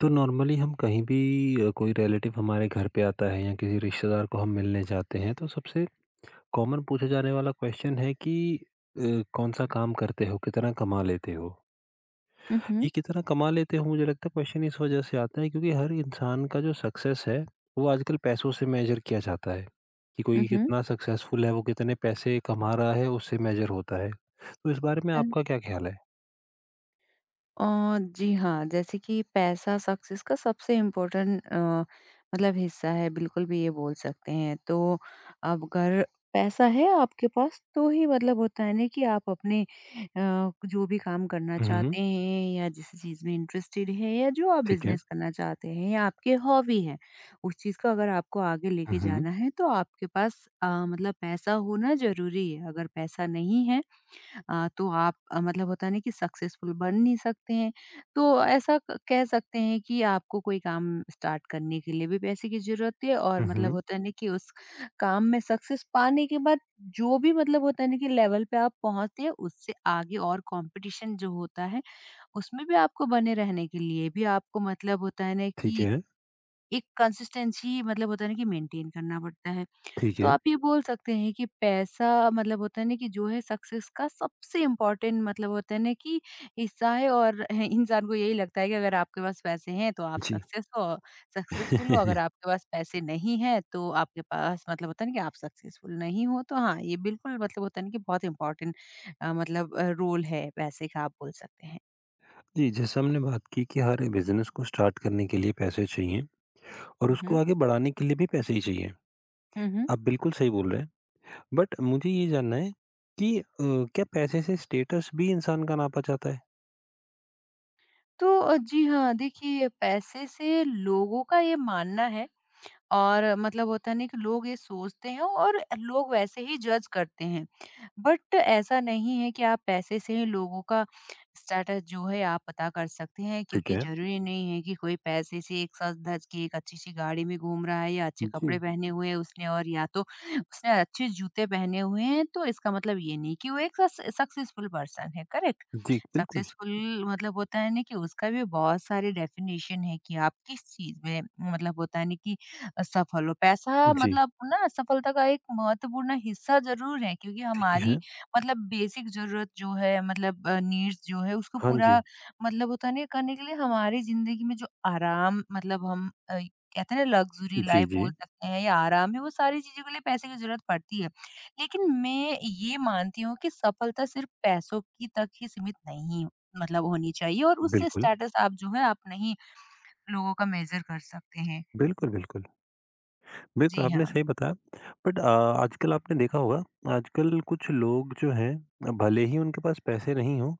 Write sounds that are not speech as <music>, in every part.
तो नॉर्मली हम कहीं भी कोई रिलेटिव हमारे घर पे आता है या किसी रिश्तेदार को हम मिलने जाते हैं तो सबसे कॉमन पूछा जाने वाला क्वेश्चन है कि अ, कौन सा काम करते हो कितना कमा लेते हो। हुँ, ये हुँ। कितना कमा लेते हो मुझे लगता है क्वेश्चन इस वजह से आता है क्योंकि हर इंसान का जो सक्सेस है वो आजकल पैसों से मेजर किया जाता है कि हुँ, कोई हुँ। कितना सक्सेसफुल है वो कितने पैसे कमा रहा है उससे मेजर होता है। तो इस बारे में हाँ। आपका क्या ख्याल है? और जी हाँ, जैसे कि पैसा सक्सेस का सबसे इम्पोर्टेंट मतलब हिस्सा है, बिल्कुल भी ये बोल सकते हैं। तो अब अगर पैसा है आपके पास तो ही मतलब होता है ना कि आप अपने जो भी काम करना हम्म। चाहते हैं या जिस चीज़ में इंटरेस्टेड हैं या जो आप ठीक है। बिज़नेस करना चाहते हैं या आपकी हॉबी है, उस चीज़ को अगर आपको आगे लेके हम्म। जाना है तो आपके पास मतलब पैसा होना ज़रूरी है। अगर पैसा नहीं है, तो आप मतलब होता है ना कि सक्सेसफुल बन नहीं सकते हैं। तो ऐसा क कह सकते हैं कि आपको कोई काम स्टार्ट करने के लिए भी पैसे की ज़रूरत है, और मतलब हम्म। होता है ना कि उस काम में सक्सेस पाने के बाद जो भी मतलब होता है ना कि लेवल पे आप पहुँचते हैं, उससे आगे और कॉम्पिटिशन जो होता है, उसमें भी आपको बने रहने के लिए भी आपको मतलब होता है ना ठीक कि है। एक कंसिस्टेंसी मतलब होता है ना कि मेंटेन करना पड़ता है। ठीक तो है। आप ये बोल सकते हैं कि पैसा मतलब होता है ना कि जो है सक्सेस का सबसे इम्पोर्टेंट मतलब होता है ना कि हिस्सा है, और <laughs> इंसान को यही लगता है कि अगर आपके पास पैसे हैं तो आप जी। सक्सेसफुल हो। अगर <laughs> आपके पास पैसे नहीं है तो आपके पास मतलब होता है ना कि आप सक्सेसफुल नहीं हो। तो हाँ, ये बिल्कुल मतलब होता है ना कि बहुत इम्पोर्टेंट मतलब रोल है पैसे का, आप बोल सकते हैं। जी, जैसे हमने बात की कि हर बिज़नेस को स्टार्ट करने के लिए पैसे चाहिए और उसको हम्म, आगे बढ़ाने के लिए भी पैसे ही चाहिए। हम्म। आप बिल्कुल सही बोल रहे हैं। बट मुझे ये जानना है कि क्या पैसे से स्टेटस भी इंसान का नापा जाता है? तो जी हाँ, देखिए, पैसे से लोगों का ये मानना है, और मतलब होता है ना कि लोग ये सोचते हैं, और लोग वैसे ही जज करते हैं। बट ऐसा नहीं है कि आप पैसे से ही लोगों का स्टेटस जो है आप पता कर सकते हैं, ठीक क्योंकि है। ज़रूरी नहीं है कि कोई पैसे से एक साथ धज के एक अच्छी-सी गाड़ी में घूम रहा है या अच्छे कपड़े जी, पहने हुए हैं उसने, और या तो उसने अच्छे जूते पहने हुए हैं, तो इसका मतलब ये नहीं कि वो एक सक्सेसफुल पर्सन है, करेक्ट? जी, बिल्कुल। सक्सेसफुल मतलब होता है ना कि उसका भी बहुत सारे डेफिनेशन है कि आप किस चीज़ में मतलब होता है ना कि असफल हो। पैसा जी, मतलब ना असफलता का एक महत्वपूर्ण हिस्सा ज़रूर है, क्योंकि ठीक हमारी है। मतलब बेसिक ज़रूरत जो है, मतलब नीड्स जो है उसको हाँ जी। पूरा मतलब होता नहीं करने के लिए हमारी ज़िंदगी में जो आराम मतलब हम कहते हैं ना लग्ज़री जी, लाइफ़ जी, बोल सकते हैं या आराम है, वो सारी चीज़ों के लिए पैसे की ज़रूरत पड़ती है। लेकिन मैं ये मानती हूँ कि सफलता सिर्फ़ पैसों की तक ही सीमित नहीं मतलब होनी चाहिए, और उससे बिल्कुल। स्टेटस आप जो है आप नहीं लोगों का मेज़र कर सकते हैं। बिल्कुल, बिल्कुल। बिल्कुल, जी आपने हाँ। सही बताया। बट आजकल आपने देखा होगा, आजकल कुछ लोग जो हैं भले ही उनके पास पैसे नहीं हों,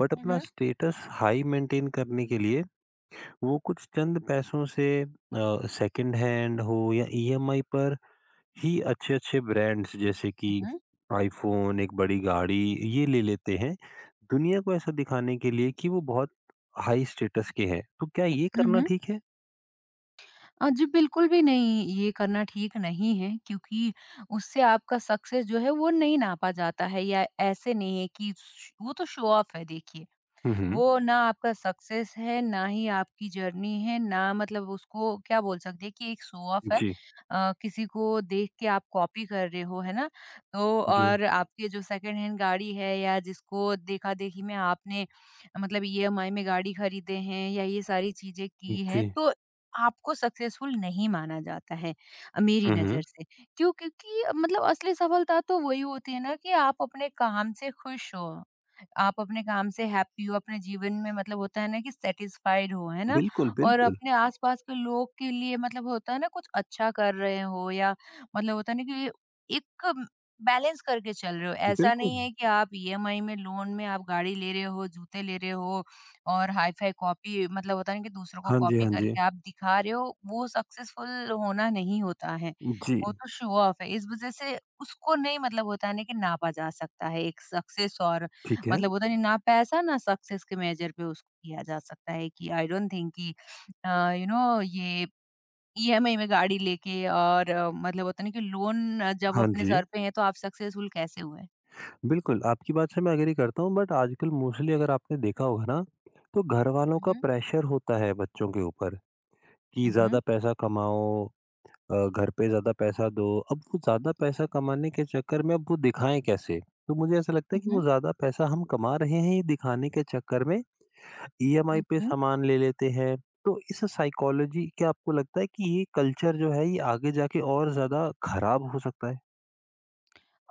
बट हुँ, अपना हुँ। स्टेटस हाई मेंटेन करने के लिए वो कुछ चंद पैसों से सेकंड हैंड हो या ईएमआई पर ही अच्छे-अच्छे ब्रांड्स जैसे कि हुँ, आईफोन, एक बड़ी गाड़ी ये ले लेते हैं, दुनिया को ऐसा दिखाने के लिए कि वो बहुत हाई स्टेटस के हैं। तो क्या ये करना हुँ। ठीक है? जी, बिल्कुल भी नहीं, ये करना ठीक नहीं है, क्योंकि उससे आपका सक्सेस जो है वो नहीं नापा जाता है, या ऐसे नहीं है कि श वो तो शो ऑफ है, देखिए। हुँ, हुँ। वो ना आपका सक्सेस है, ना ही आपकी जर्नी है, ना मतलब उसको क्या बोल सकते हैं कि एक शो ऑफ है। जी, किसी को देख के आप कॉपी कर रहे हो, है ना? तो जी, और आपके जो सेकंड हैंड गाड़ी है, या जिसको देखा-देखी में आपने मतलब ईएमआई में गाड़ी खरीदे हैं, या ये सारी चीज़ें की हैं, जी। तो आपको सक्सेसफुल नहीं माना जाता है, मेरी हुँ, हुँ। नज़र से। क्यों? क्योंकि मतलब असली सफलता तो वही होती है ना कि आप अपने काम से खुश हो। आप अपने काम से हैप्पी हो, अपने जीवन में मतलब होता है ना कि सैटिस्फाइड हो, है ना? बिल्कुल, और बिल्कुल, अपने आस-पास के लोग के लिए मतलब होता है ना कुछ अच्छा कर रहे हो, या मतलब होता है ना कि एक म बैलेंस करके चल रहे हो। ऐसा बिल्कुल। नहीं है कि आप ईएमआई में, लोन में आप गाड़ी ले रहे हो, जूते ले रहे हो, और हाई-फाई कॉपी मतलब होता है ना कि दूसरों को हाँ जी, कॉपी हाँ जी। करके आप दिखा रहे हो, वो सक्सेसफुल होना नहीं होता है। जी, वो तो शो ऑफ है। इस वज़ह से उसको नहीं मतलब होता है ना कि नापा जा सकता है एक सक्सेस, और ठीक है। मतलब होता नहीं ना पैसा ना सक्सेस के मेजर पे उसको किया जा सकता है, कि आई डोंट थिंक कि यू नो ये ईएमआई में गाड़ी लेके, और मतलब होता नहीं कि लोन जब हाँ अपने जी। सर पे है तो आप सक्सेसफुल कैसे हुए? बिल्कुल, आपकी बात से मैं एग्री करता हूँ। बट आजकल मोस्टली अगर आपने देखा होगा ना, तो घरवालों का हुँ, प्रेशर होता है बच्चों के ऊपर कि हुँ, हुँ, ज़्यादा पैसा कमाओ, घर पे ज़्यादा पैसा दो। अब वो ज़्यादा पैसा कमाने के चक्कर में अब वो दिखाएँ कैसे? तो मुझे ऐसा लगता है कि वो हुँ, ज़्यादा पैसा हम कमा रहे हैं ये दिखाने के चक्कर में ईएमआई पे हुँ। सामान ले लेते हैं। तो इस साइकोलॉजी क्या आपको लगता है कि ये कल्चर जो है ये आगे जाके और ज़्यादा खराब हो सकता है?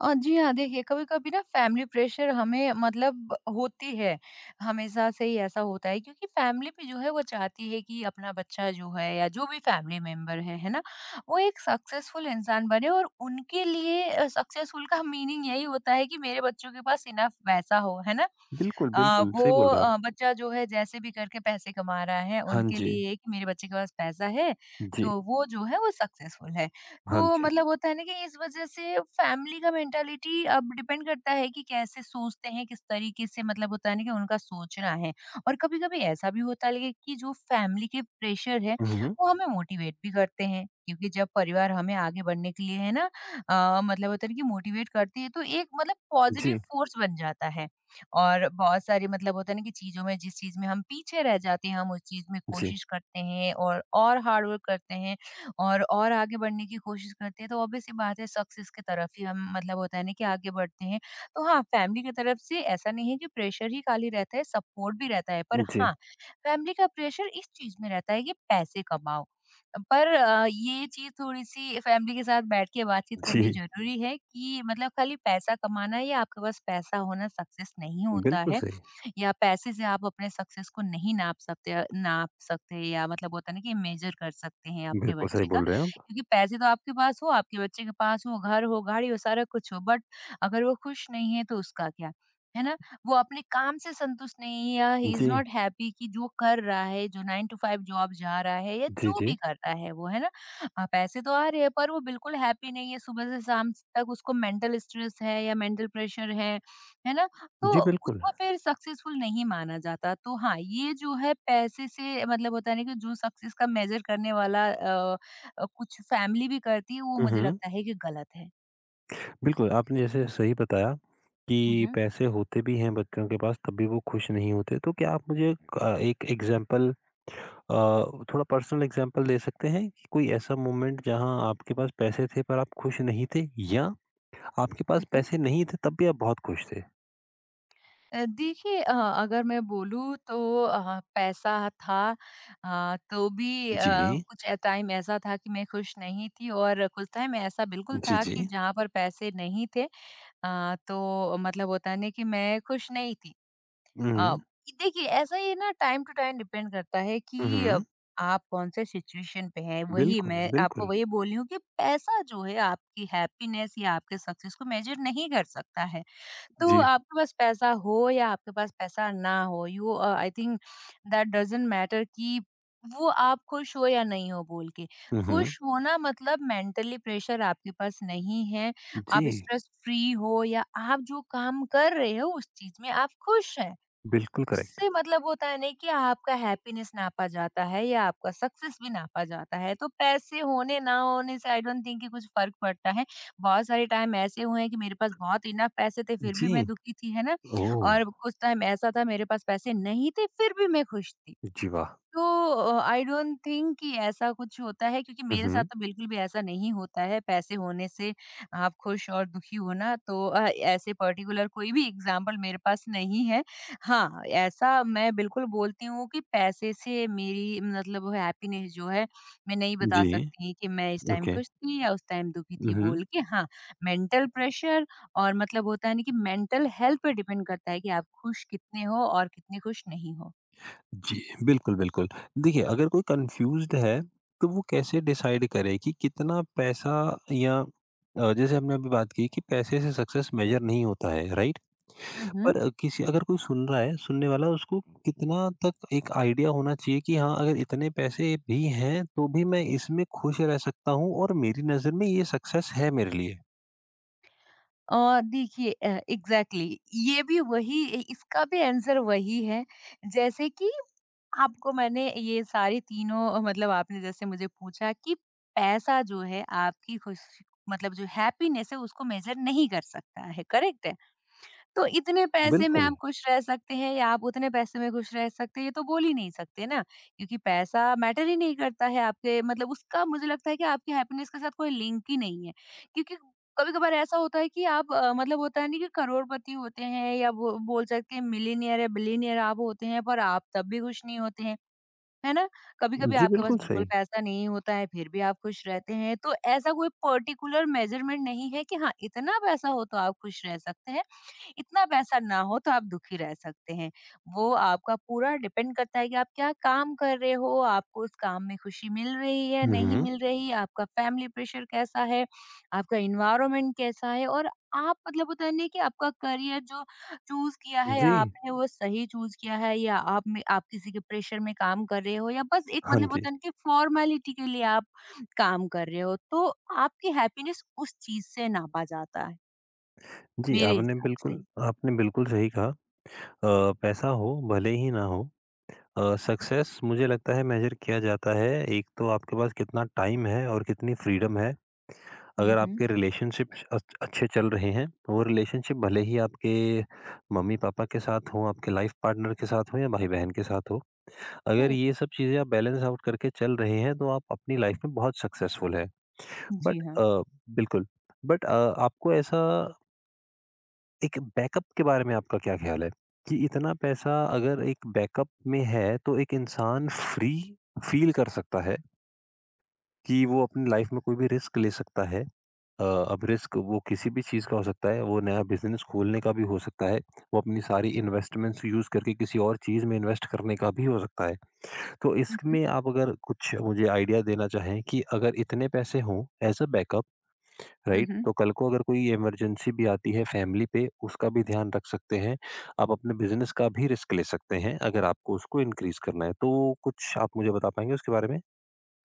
जी हाँ, देखिए, कभी-कभी ना फैमिली प्रेशर हमें मतलब होती है, हमेशा से ही ऐसा होता है, क्योंकि फैमिली भी जो है वो चाहती है कि अपना बच्चा जो है या जो भी फैमिली मेंबर है ना? वो एक सक्सेसफुल इंसान बने, और उनके लिए सक्सेसफुल का मीनिंग यही होता है कि मेरे बच्चों के पास इनफ पैसा हो, है ना? बिल्कुल, बिल्कुल, वो सही बोल रहे हैं आप। बच्चा जो है जैसे भी करके पैसे कमा रहा है, हाँ उनके जी। लिए ये कि मेरे बच्चे के पास पैसा है, जी। तो वो जो है वो सक्सेसफुल है। हाँ तो जी। मतलब होता है ना कि इस वज़ह से फैमिली का मेंटालिटी अब डिपेंड करता है कि कैसे सोचते हैं, किस तरीके से मतलब होता है ना कि उनका सोचना है। और कभी-कभी ऐसा भी होता है कि जो फैमिली के प्रेशर है, हुँ, वो हमें मोटिवेट भी करते हैं, क्योंकि जब परिवार हमें आगे बढ़ने के लिए है ना, मतलब होता है कि मोटिवेट करती है, तो एक मतलब पॉजिटिव जी, फ़ोर्स बन जाता है। और बहुत सारी मतलब होता है ना कि चीज़ों में जिस चीज़ में हम पीछे रह जाते हैं, हम उस चीज़ में जी, कोशिश करते हैं, और हार्ड वर्क करते हैं, और आगे बढ़ने की कोशिश करते हैं, तो ऑब्वियस सी बात है सक्सेस की तरफ ही हम मतलब होता है ना कि आगे बढ़ते हैं। तो हाँ, फैमिली की तरफ से ऐसा नहीं है कि प्रेशर ही खाली रहता है, सपोर्ट भी रहता है, पर जी, हाँ, फैमिली का प्रेशर इस चीज़ में रहता है कि पैसे कमाओ। पर ये चीज़ थोड़ी-सी फैमिली के साथ बैठ के बातचीत करनी जी। ज़रूरी है कि मतलब खाली पैसा कमाना या आपके पास पैसा होना सक्सेस नहीं होता बिल्कुल है, सही, या पैसे से आप अपने सक्सेस को नहीं नाप सकते, नाप सकते या मतलब होता है ना कि मेज़र कर सकते हैं अपने बिल्कुल सही बच्चे का। बोल रहे हैं आप। क्योंकि पैसे तो आपके पास हो, आपके बच्चे के पास हो, घर हो, गाड़ी हो, सारा कुछ हो, बट अगर वो खुश नहीं है तो उसका क्या? है ना? वो अपने काम से संतुष्ट नहीं है, या ही इज जी, नॉट हैप्पी, कि जो कर रहा है, जो 9 टू 5 जॉब जा रहा है, या जी, जो जी। भी कर रहा है वो, है ना? पैसे तो आ रहे हैं, पर वो बिल्कुल हैप्पी नहीं है। सुबह से शाम तक उसको मेंटल स्ट्रेस है या मेंटल प्रेशर है ना? तो जी, बिल्कुल। उसको फिर सक्सेसफुल नहीं माना जाता। तो हाँ, ये जो है पैसे से मतलब होता है ना कि जो सक्सेस का मेजर करने वाला कुछ फैमिली भी करती है वो हुँ, मुझे हुँ। लगता है कि गलत है। बिल्कुल, आपने जैसे सही बताया कि हम्म, पैसे होते भी हैं बच्चों के पास तब भी वो खुश नहीं होते। तो क्या आप मुझे एक एग्ज़ाम्पल, थोड़ा पर्सनल एग्ज़ाम्पल दे सकते हैं कि कोई ऐसा मोमेंट जहाँ आपके पास पैसे थे पर आप खुश नहीं थे या आपके पास हम्म। पैसे नहीं थे तब भी आप बहुत खुश थे? देखिए, अगर मैं बोलूँ तो पैसा था, तो भी जी। कुछ ए टाइम ऐसा था कि मैं खुश नहीं थी, और कुछ टाइम ऐसा बिल्कुल जी, था जी। कि जहाँ पर पैसे नहीं थे, तो मतलब होता है ना कि मैं खुश नहीं थी। अ, हुँ, देखिए, ऐसा ये ना टाइम टू टाइम डिपेंड करता है हुँ, कि हुँ। आप कौन-से सिचुएशन पे हैं। वही बिल्कुल, मैं आपको बिल्कुल। वही बोल रही हूँ कि पैसा जो है आपकी हैप्पीनेस या आपके सक्सेस को मेज़र नहीं कर सकता है। तो जी। आपके पास पैसा हो या आपके पास पैसा ना हो, you I think that doesn't matter कि वो आप खुश हो या नहीं हो, बोल के हुँ, हुँ। खुश होना मतलब मेंटली प्रेशर आपके पास नहीं है, जी, आप स्ट्रेस फ्री हो, या आप जो काम कर रहे हो उस चीज में आप खुश हैं, बिल्कुल करेक्ट। उससे मतलब होता है नहीं कि आपका हैप्पीनेस नापा जाता है या आपका सक्सेस भी नापा जाता है। तो पैसे होने ना होने से आई डोंट थिंक कि कुछ फ़र्क पड़ता है। बहुत सारे टाइम ऐसे हुए हैं कि मेरे पास बहुत इनफ पैसे थे, फिर भी जी। मैं दुखी थी, है ना? ओह! और कुछ टाइम ऐसा था मेरे पास पैसे नहीं थे फिर भी मैं खुश थी। जी, वाह! तो आई डोंट थिंक कि ऐसा कुछ होता है क्योंकि हुँ, मेरे साथ हुँ। तो बिल्कुल भी ऐसा नहीं होता है, पैसे होने से आप खुश और दुखी होना तो ऐसे पर्टिकुलर कोई भी एग्ज़ाम्पल मेरे पास नहीं है। हाँ, ऐसा मैं बिल्कुल बोलती हूँ कि पैसे से मेरी मतलब वो हैप्पीनेस जो है, मैं नहीं बता जी, सकती कि मैं इस टाइम ओके। खुश थी या उस टाइम दुखी हुँ, थी हुँ। बोल के। हाँ, मेंटल प्रेशर और मतलब होता है ना कि मेंटल हेल्थ पे डिपेंड करता है कि आप खुश कितने हो और कितने खुश नहीं हो। जी, बिल्कुल, बिल्कुल। देखिए, अगर कोई कन्फ्यूज़्ड है, तो वो कैसे डिसाइड करे कि कितना पैसा या जैसे हमने अभी बात की कि पैसे से सक्सेस मेजर नहीं होता है, राइट? हुँ, हुँ। पर अ, किसी अगर कोई सुन रहा है, सुनने वाला, उसको कितना तक एक आइडिया होना चाहिए कि हाँ, अगर इतने पैसे भी हैं, तो भी मैं इसमें खुश रह सकता हूँ और मेरी नज़र में ये सक्सेस है मेरे लिए? देखिए एग्ज़ैक्टली ये भी वही इ इसका भी आंसर वही है, जैसे कि आपको मैंने ये सारे तीनों मतलब आपने जैसे मुझे पूछा कि पैसा जो है आपकी खुश मतलब जो हैप्पीनेस है उसको मेज़र नहीं कर सकता है, करेक्ट है? तो इतने पैसे में बिल्कुल, आप खुश रह सकते हैं या आप उतने पैसे में खुश रह सकते हैं ये तो बोल ही नहीं सकते ना क्योंकि पैसा मैटर ही नहीं करता है आपके मतलब उसका मुझे लगता है कि आपकी हैप्पीनेस के साथ कोई लिंक ही नहीं है क्योंकि कभी कभार ऐसा होता है कि आप मतलब होता है नहीं कि करोड़पति होते हैं या बोल सकते हैं मिलीनियर या बिलीनियर आप होते हैं पर आप तब भी खुश नहीं होते हैं है ना? कभी-कभी जी, आपके पास बिल्कुल बिल्कुल सही। पैसा नहीं होता है, फिर भी आप खुश रहते हैं, तो ऐसा कोई पर्टिकुलर मेज़रमेंट नहीं है कि हाँ, इतना पैसा हो तो आप खुश रह सकते हैं, इतना पैसा ना हो तो आप दुखी रह सकते हैं। वो आपका पूरा डिपेंड करता है कि आप क्या काम कर रहे हो, आपको उस काम में खुशी मिल रही है, हुँ, नहीं हुँ। मिल रही, आपका फैमिली प्रेशर कैसा है, आपका एनवायरनमेंट कैसा है और आप मतलब होता है ना कि आपका करियर जो चूज़ किया है जी, या आपने वो सही चूज़ किया है या आप किसी के प्रेशर में काम कर रहे हो या बस एक हाँ मतलब जी। होता है ना कि फॉर्मेलिटी के लिए आप काम कर रहे हो, तो आपकी हैप्पीनेस उस चीज़ से नापा जाता है, जी, मेरे आपने हिसाब से। बिल्कुल आपने बिल्कुल सही कहा। पैसा हो, भले ही ना हो, सक्सेस मुझे लगता है मेज़र किया जाता है, एक तो आपके पास कितना टाइम है और कितनी फ्रीडम है। हुँ, अगर हुँ। आपके रिलेशनशिप्स अच अच्छे चल रहे हैं, वो रिलेशनशिप भले ही आपके मम्मी-पापा के साथ हो, आपके लाइफ़ पार्टनर के साथ हो या भाई-बहन के साथ हो। अगर करेक्ट। ये सब चीज़ें आप बैलेंस आउट करके चल रहे हैं, तो आप अपनी लाइफ़ में बहुत सक्सेसफुल हैं। जी बट हाँ। बिल्कुल, बट आपको ऐसा एक बैकअप के बारे में आपका क्या ख़्याल है? कि इतना पैसा अगर एक बैकअप में है, तो एक इंसान फ्री फ़ील कर सकता है कि वो अपनी लाइफ़ में कोई भी रिस्क ले सकता है। अब रिस्क वो किसी भी चीज़ का हो सकता है, वो नया बिज़नेस खोलने का भी हो सकता है, वो अपनी सारी इन्वेस्टमेंट्स यूज़ करके किसी और चीज़ में इन्वेस्ट करने का भी हो सकता है। तो हुँ, हुँ। इसमें आप अगर कुछ मुझे आइडिया देना चाहें कि अगर इतने पैसे हों एज़ अ बैकअप, हुँ, राइट? हुँ। तो कल को अगर कोई इमरजेंसी भी आती है फैमिली पे, उसका भी ध्यान रख सकते हैं। आप अपने बिज़नेस का भी रिस्क ले सकते हैं, अगर आपको उसको इंक्रीज़ करना है। तो कुछ आप मुझे बता पाएँगे उसके बारे में?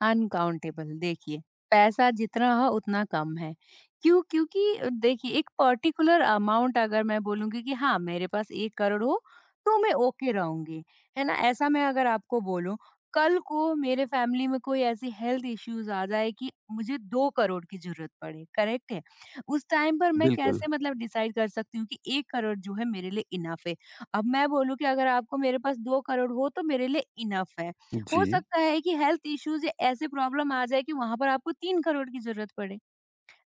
अनकाउंटेबल देखिए, पैसा जितना हो उतना कम है। क्यों? क्योंकि देखिए एक पर्टिकुलर अमाउंट अगर मैं बोलूँगी कि हाँ, मेरे पास 1 करोड़ हो, तो मैं ओके रहूँगी, है ना? ऐसा मैं अगर आपको बोलूँ, कल को मेरे फैमिली में कोई ऐसी हेल्थ इश्यूज़ आ जाए कि मुझे 2 करोड़ की ज़रूरत पड़े, करेक्ट है? उस टाइम पर मैं बिल्कुल। कैसे मतलब डिसाइड कर सकती हूँ कि 1 करोड़ जो है मेरे लिए इनफ़ है। अब मैं बोलूँ कि अगर आपको मेरे पास 2 करोड़ हो तो मेरे लिए इनफ़ है। हो जी। सकता है कि हेल्थ इश्यूज या ऐसे प्रॉब्लम आ जाए कि वहां पर आपको 3 करोड़ की जरूरत पड़े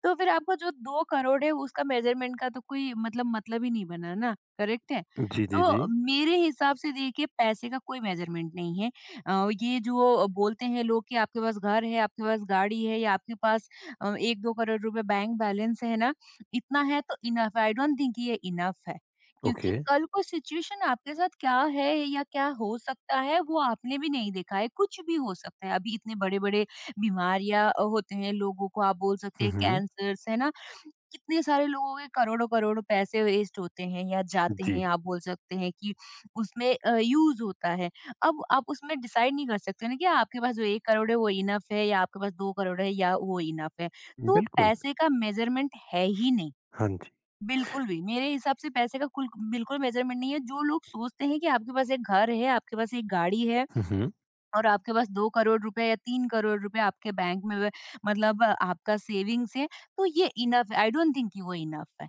तो फिर आपका जो 2 करोड़ है उसका मेज़रमेंट का तो कोई मतलब ही नहीं बना ना, करेक्ट है? जी, जी, जी। तो मेरे हिसाब से देखिए पैसे का कोई मेज़रमेंट नहीं है। ये जो बोलते हैं लोग कि आपके पास घर है, आपके पास गाड़ी है या आपके पास 1-2 करोड़ रुपए बैंक बैलेंस है ना, इतना है तो इनफ है, आई डोंट थिंक ये इनफ है। क्योंकि ओके। कल को सिचुएशन आपके साथ क्या है या क्या हो सकता है वो आपने भी नहीं देखा है, कुछ भी हो सकता है। अभी इतने बड़े-बड़े बीमारियाँ होते हैं लोगों को आप बोल सकते हुँ, हैं हुँ। कैंसर्स है ना? कितने सारे लोगों के करोड़ों-करोड़ों पैसे वेस्ट होते हैं या जाते जी, हैं आप बोल सकते हैं कि उसमें यूज़ होता है। अब आप उसमें डिसाइड नहीं कर सकते ना कि आपके पास जो 1 करोड़ है वो इनफ है या आपके पास 2 करोड़ है या वो इनफ है। तो बिल्कुल। पैसे का मेज़रमेंट है ही नहीं, हाँ जी। बिल्कुल भी। मेरे हिसाब से पैसे का कुल बिल्कुल मेज़रमेंट नहीं है। जो लोग सोचते हैं कि आपके पास एक घर है, आपके पास एक गाड़ी है हुँ, हुँ। और आपके पास 2 करोड़ रुपए या 3 करोड़ रुपए आपके बैंक में व मतलब आपका सेविंग्स है, तो ये इनफ है, आई डोंट थिंक कि वो इनफ है।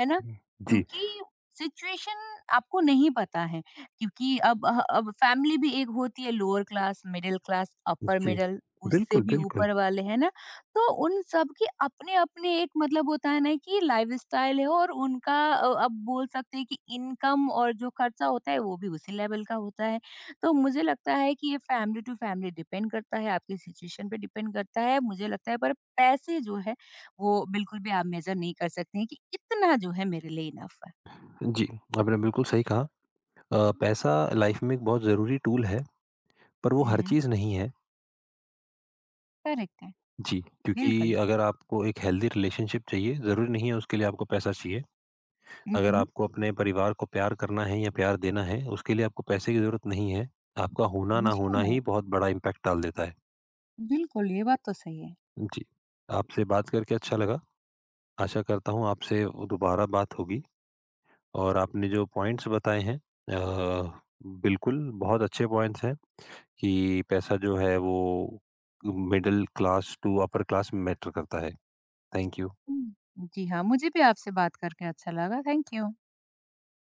है ना? जी, क्योंकि सिचुएशन आपको नहीं पता है, क्योंकि अब फैमिली भी एक होती है lower class, middle class, upper जी। मिडल, उससे बिल्कुल, भी बिल्कुल। ऊपर वाले, है ना? तो उन सब के अपने-अपने एक मतलब होता है ना कि लाइफस्टाइल है और उनका अब बोल सकते हैं कि इनकम और जो खर्चा होता है, वो भी उसी लेवल का होता है। तो मुझे लगता है कि ये फैमिली टू फैमिली डिपेंड करता है, आपकी सिचुएशन पे डिपेंड करता है। मुझे लगता है पर पैसे जो है वो बिल्कुल भी आप मेज़र नहीं कर सकते हैं कि इतना जो है मेरे लिए इनफ़ है। जी, आपने बिल्कुल सही कहा। पैसा लाइफ़ में एक बहुत ज़रूरी टूल है, पर वो हर हुँ, चीज़ नहीं है। करेक्ट है, जी, क्योंकि बिल्कुल। अगर आपको एक हेल्दी रिलेशनशिप चाहिए, ज़रूरी नहीं है उसके लिए आपको पैसा चाहिए। हुँ, अगर हुँ। आपको अपने परिवार को प्यार करना है या प्यार देना है, उसके लिए आपको पैसे की ज़रूरत नहीं है। आपका होना ना जी होना हाँ, ही बहुत बड़ा इम्पैक्ट डाल देता है। बिल्कुल, ये बात तो सही है। जी, आपसे बात करके अच्छा लगा। आशा करता हूँ आपसे दोबारा बात होगी और आपने जो पॉइंट्स बताए हैं, बिल्कुल बहुत अच्छे पॉइंट्स हैं कि पैसा जो है वो middle class to upper class में मैटर करता है। Thank you. हुँ। जी हाँ, मुझे भी आपसे बात करके अच्छा लगा, थैंक यू।